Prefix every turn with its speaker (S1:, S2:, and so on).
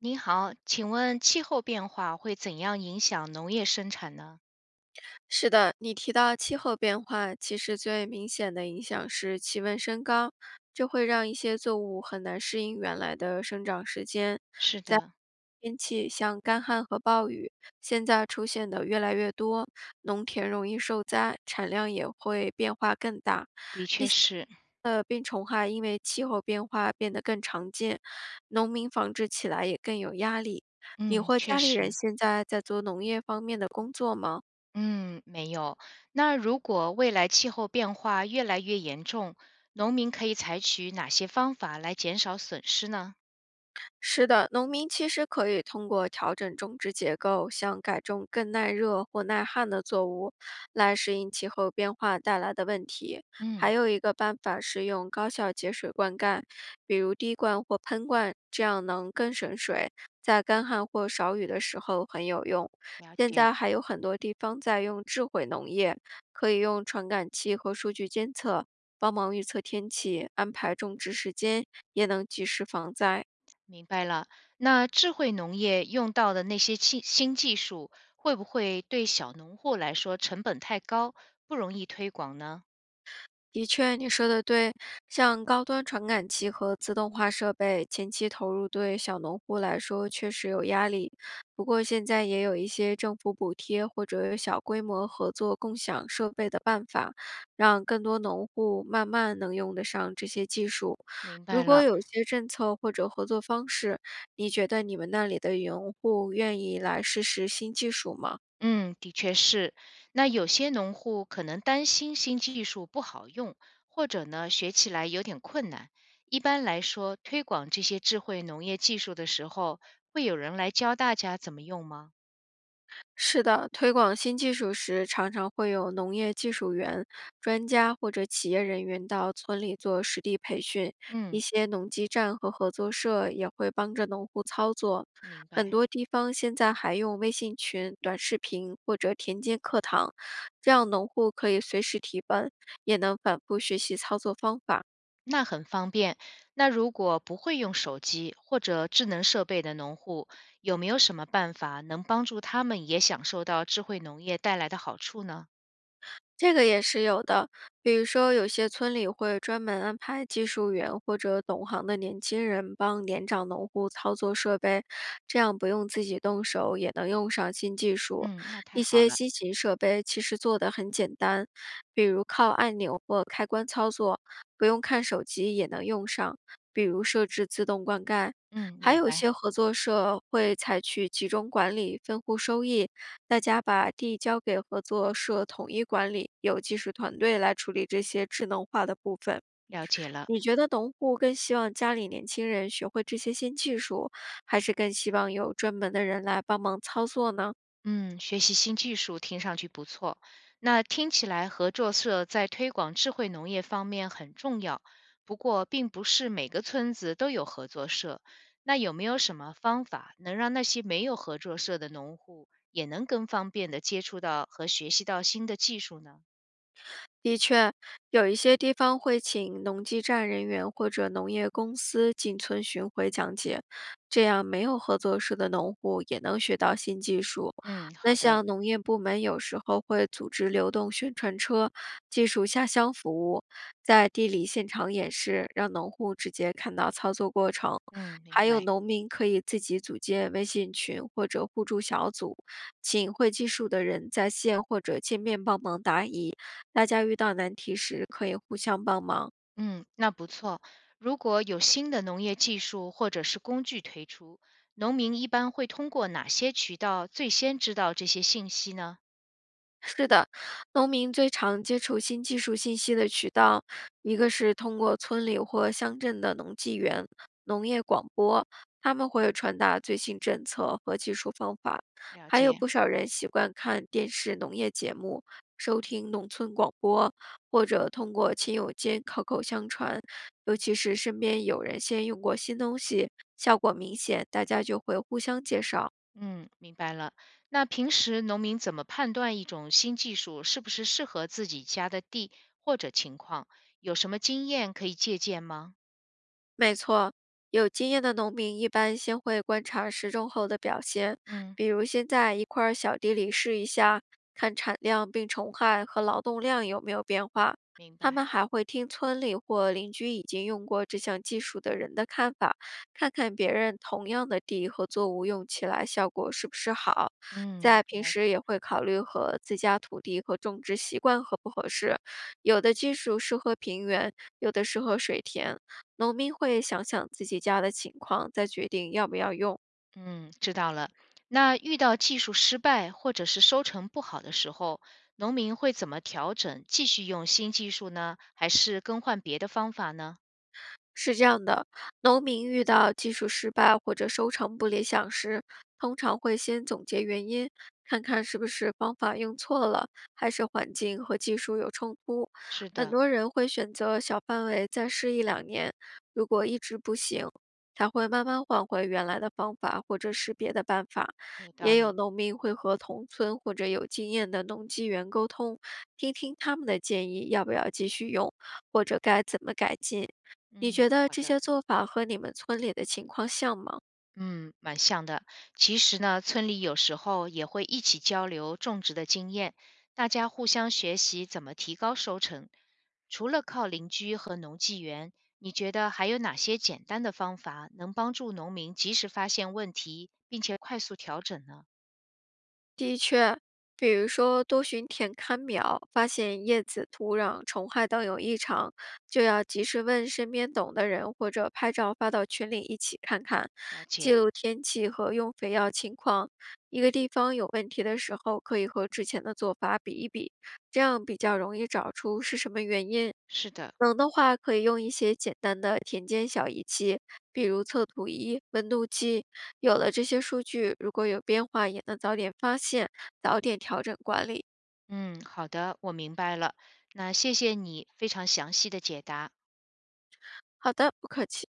S1: 您好，请问气候变化会怎样影响农业生产呢？
S2: 是的，你提到气候变化，其实最明显的影响是气温升高，这会让一些作物很难适应原来的生长时间。
S1: 是
S2: 在
S1: 的，
S2: 天气像干旱和暴雨，现在出现的越来越多，农田容易受灾，产量也会变化更大。
S1: 的
S2: 一
S1: 确
S2: 些
S1: 是，
S2: 病虫害因为气候变化变得更常见，农民防治起来也更有压力。你
S1: 嗯，
S2: 或
S1: 确
S2: 家里人
S1: 实，
S2: 现在在做农业方面的工作吗？
S1: 嗯，没有。那如果未来气候变化越来越严重，农民可以采取哪些方法来减少损失呢？
S2: 是的，农民其实可以通过调整种植结构，像改种更耐热或耐旱的作物，来适应气候变化带来的问题。还
S1: 嗯，
S2: 有一个办法是用高效节水灌溉，比如滴灌或喷灌，这样能更省水，在干旱或少雨的时候很有用。
S1: 了
S2: 现
S1: 解，
S2: 在还有很多地方在用智慧农业，可以用传感器和数据监测，帮忙预测天气，安排种植时间，也能及时防灾。
S1: 明白了。那智慧农业用到的那些新技术，会不会对小农户来说成本太高，不容易推广呢？
S2: 的确，你说的对，像高端传感器和自动化设备，前期投入对小农户来说确实有压力。不过现在也有一些政府补贴或者小规模合作共享设备的办法，让更多农户慢慢能用得上这些技术。
S1: 明
S2: 如
S1: 白
S2: 果
S1: 了。
S2: 有些政策或者合作方式，你觉得你们那里的农户愿意来试试新技术吗？
S1: 嗯，的确是。那有些农户可能担心新技术不好用，或者呢学起来有点困难。一般来说，推广这些智慧农业技术的时候，会有人来教大家怎么用吗？
S2: 是的，推广新技术时，常常会有农业技术员、专家或者企业人员到村里做实地培训。
S1: 嗯，
S2: 一些农机站和合作社也会帮着农户操作。
S1: 明
S2: 很
S1: 白。
S2: 多地方现在还用微信群、短视频或者田间课堂，这样农户可以随时提问，也能反复学习操作方法。
S1: 那很方便。那如果不会用手机或者智能设备的农户，有没有什么办法能帮助他们也享受到智慧农业带来的好处呢？
S2: 这个也是有的，比如说有些村里会专门安排技术员或者懂行的年轻人帮年长农户操作设备，这样不用自己动手也能用上新技术。
S1: 嗯，那太
S2: 一
S1: 好
S2: 些
S1: 了。
S2: 新型设备其实做的很简单，比如靠按钮或开关操作，不用看手机也能用上，比如设置自动灌溉。
S1: 嗯，
S2: 还
S1: 明
S2: 有
S1: 白，
S2: 些合作社会采取集中管理、分户收益，大家把地交给合作社统一管理，有技术团队来处理这些智能化的部分。
S1: 了解了。
S2: 你觉得农户更希望家里年轻人学会这些新技术，还是更希望有专门的人来帮忙操作呢？
S1: 嗯，学习新技术听上去不错。那听起来合作社在推广智慧农业方面很重要，不过并不是每个村子都有合作社。那有没有什么方法能让那些没有合作社的农户也能更方便的接触到和学习到新的技术呢？
S2: 的确，有一些地方会请农技站人员或者农业公司进村巡回讲解，这样没有合作社的农户也能学到新技术。
S1: 嗯，
S2: 那
S1: 好的，
S2: 像农业部门有时候会组织流动宣传车、技术下乡服务，在地里现场演示，让农户直接看到操作过程。
S1: 嗯，明
S2: 还有
S1: 白。
S2: 农民可以自己组建微信群或者互助小组，请会技术的人在线或者见面帮忙答疑。大家遇到难题时可以互相帮忙。
S1: 嗯，那不错。如果有新的农业技术或者是工具推出，农民一般会通过哪些渠道最先知道这些信息呢？
S2: 是的，农民最常接触新技术信息的渠道，一个是通过村里或乡镇的农技员、农业广播，他们会传达最新政策和技术方法；
S1: 了
S2: 还有
S1: 解。
S2: 不少人习惯看电视农业节目。收听农村广播，或者通过亲友间口口相传，尤其是身边有人先用过新东西，效果明显，大家就会互相介绍。
S1: 嗯，明白了。那平时农民怎么判断一种新技术是不是适合自己家的地或者情况？有什么经验可以借鉴吗？
S2: 没错，有经验的农民一般先会观察时种后的表现，
S1: 嗯，
S2: 比如先在一块儿小地里试一下，看产量、病虫害和劳动量有没有变化。
S1: 明
S2: 他们
S1: 白。
S2: 还会听村里或邻居已经用过这项技术的人的看法，看看别人同样的地和作物用起来效果是不是好。
S1: 嗯，
S2: 在平
S1: 了
S2: 时
S1: 解。
S2: 也会考虑和自家土地和种植习惯合不合适，有的技术适合平原，有的适合水田。农民会想想自己家的情况，再决定要不要用。
S1: 嗯，知道了。那遇到技术失败或者是收成不好的时候，农民会怎么调整？继续用新技术呢，还是更换别的方法呢？
S2: 是这样的，农民遇到技术失败或者收成不理想时，通常会先总结原因，看看是不是方法用错了，还是环境和技术有冲突。
S1: 是
S2: 很
S1: 的，
S2: 多人会选择小范围再试一两年，如果一直不行，才会慢慢换回原来的方法或者是别的办法。
S1: 有道
S2: 也有
S1: 理。
S2: 农民会和同村或者有经验的农机员沟通，听听他们的建议要不要继续用，或者该怎么改进。你
S1: 嗯，
S2: 觉得
S1: 好
S2: 这
S1: 的。
S2: 些做法和你们村里的情况像吗？
S1: 嗯，蛮像的。其实呢，村里有时候也会一起交流种植的经验，大家互相学习怎么提高收成。除了靠邻居和农技园，你觉得还有哪些简单的方法能帮助农民及时发现问题，并且快速调整呢？
S2: 的确，比如说多巡田看苗，发现叶子、土壤、虫害等有异常，就要及时问身边懂的人，或者拍照发到群里一起看看，
S1: 了
S2: 记
S1: 解，
S2: 录天气和用肥药情况。一个地方有问题的时候，可以和之前的做法比一比，这样比较容易找出是什么原因。
S1: 是的，
S2: 能的话，可以用一些简单的田间小仪器，比如测土仪、温度计，有了这些数据，如果有变化，也能早点发现，早点调整管理。
S1: 嗯，好的，我明白了。那谢谢你非常详细的解答。
S2: 好的，不客气。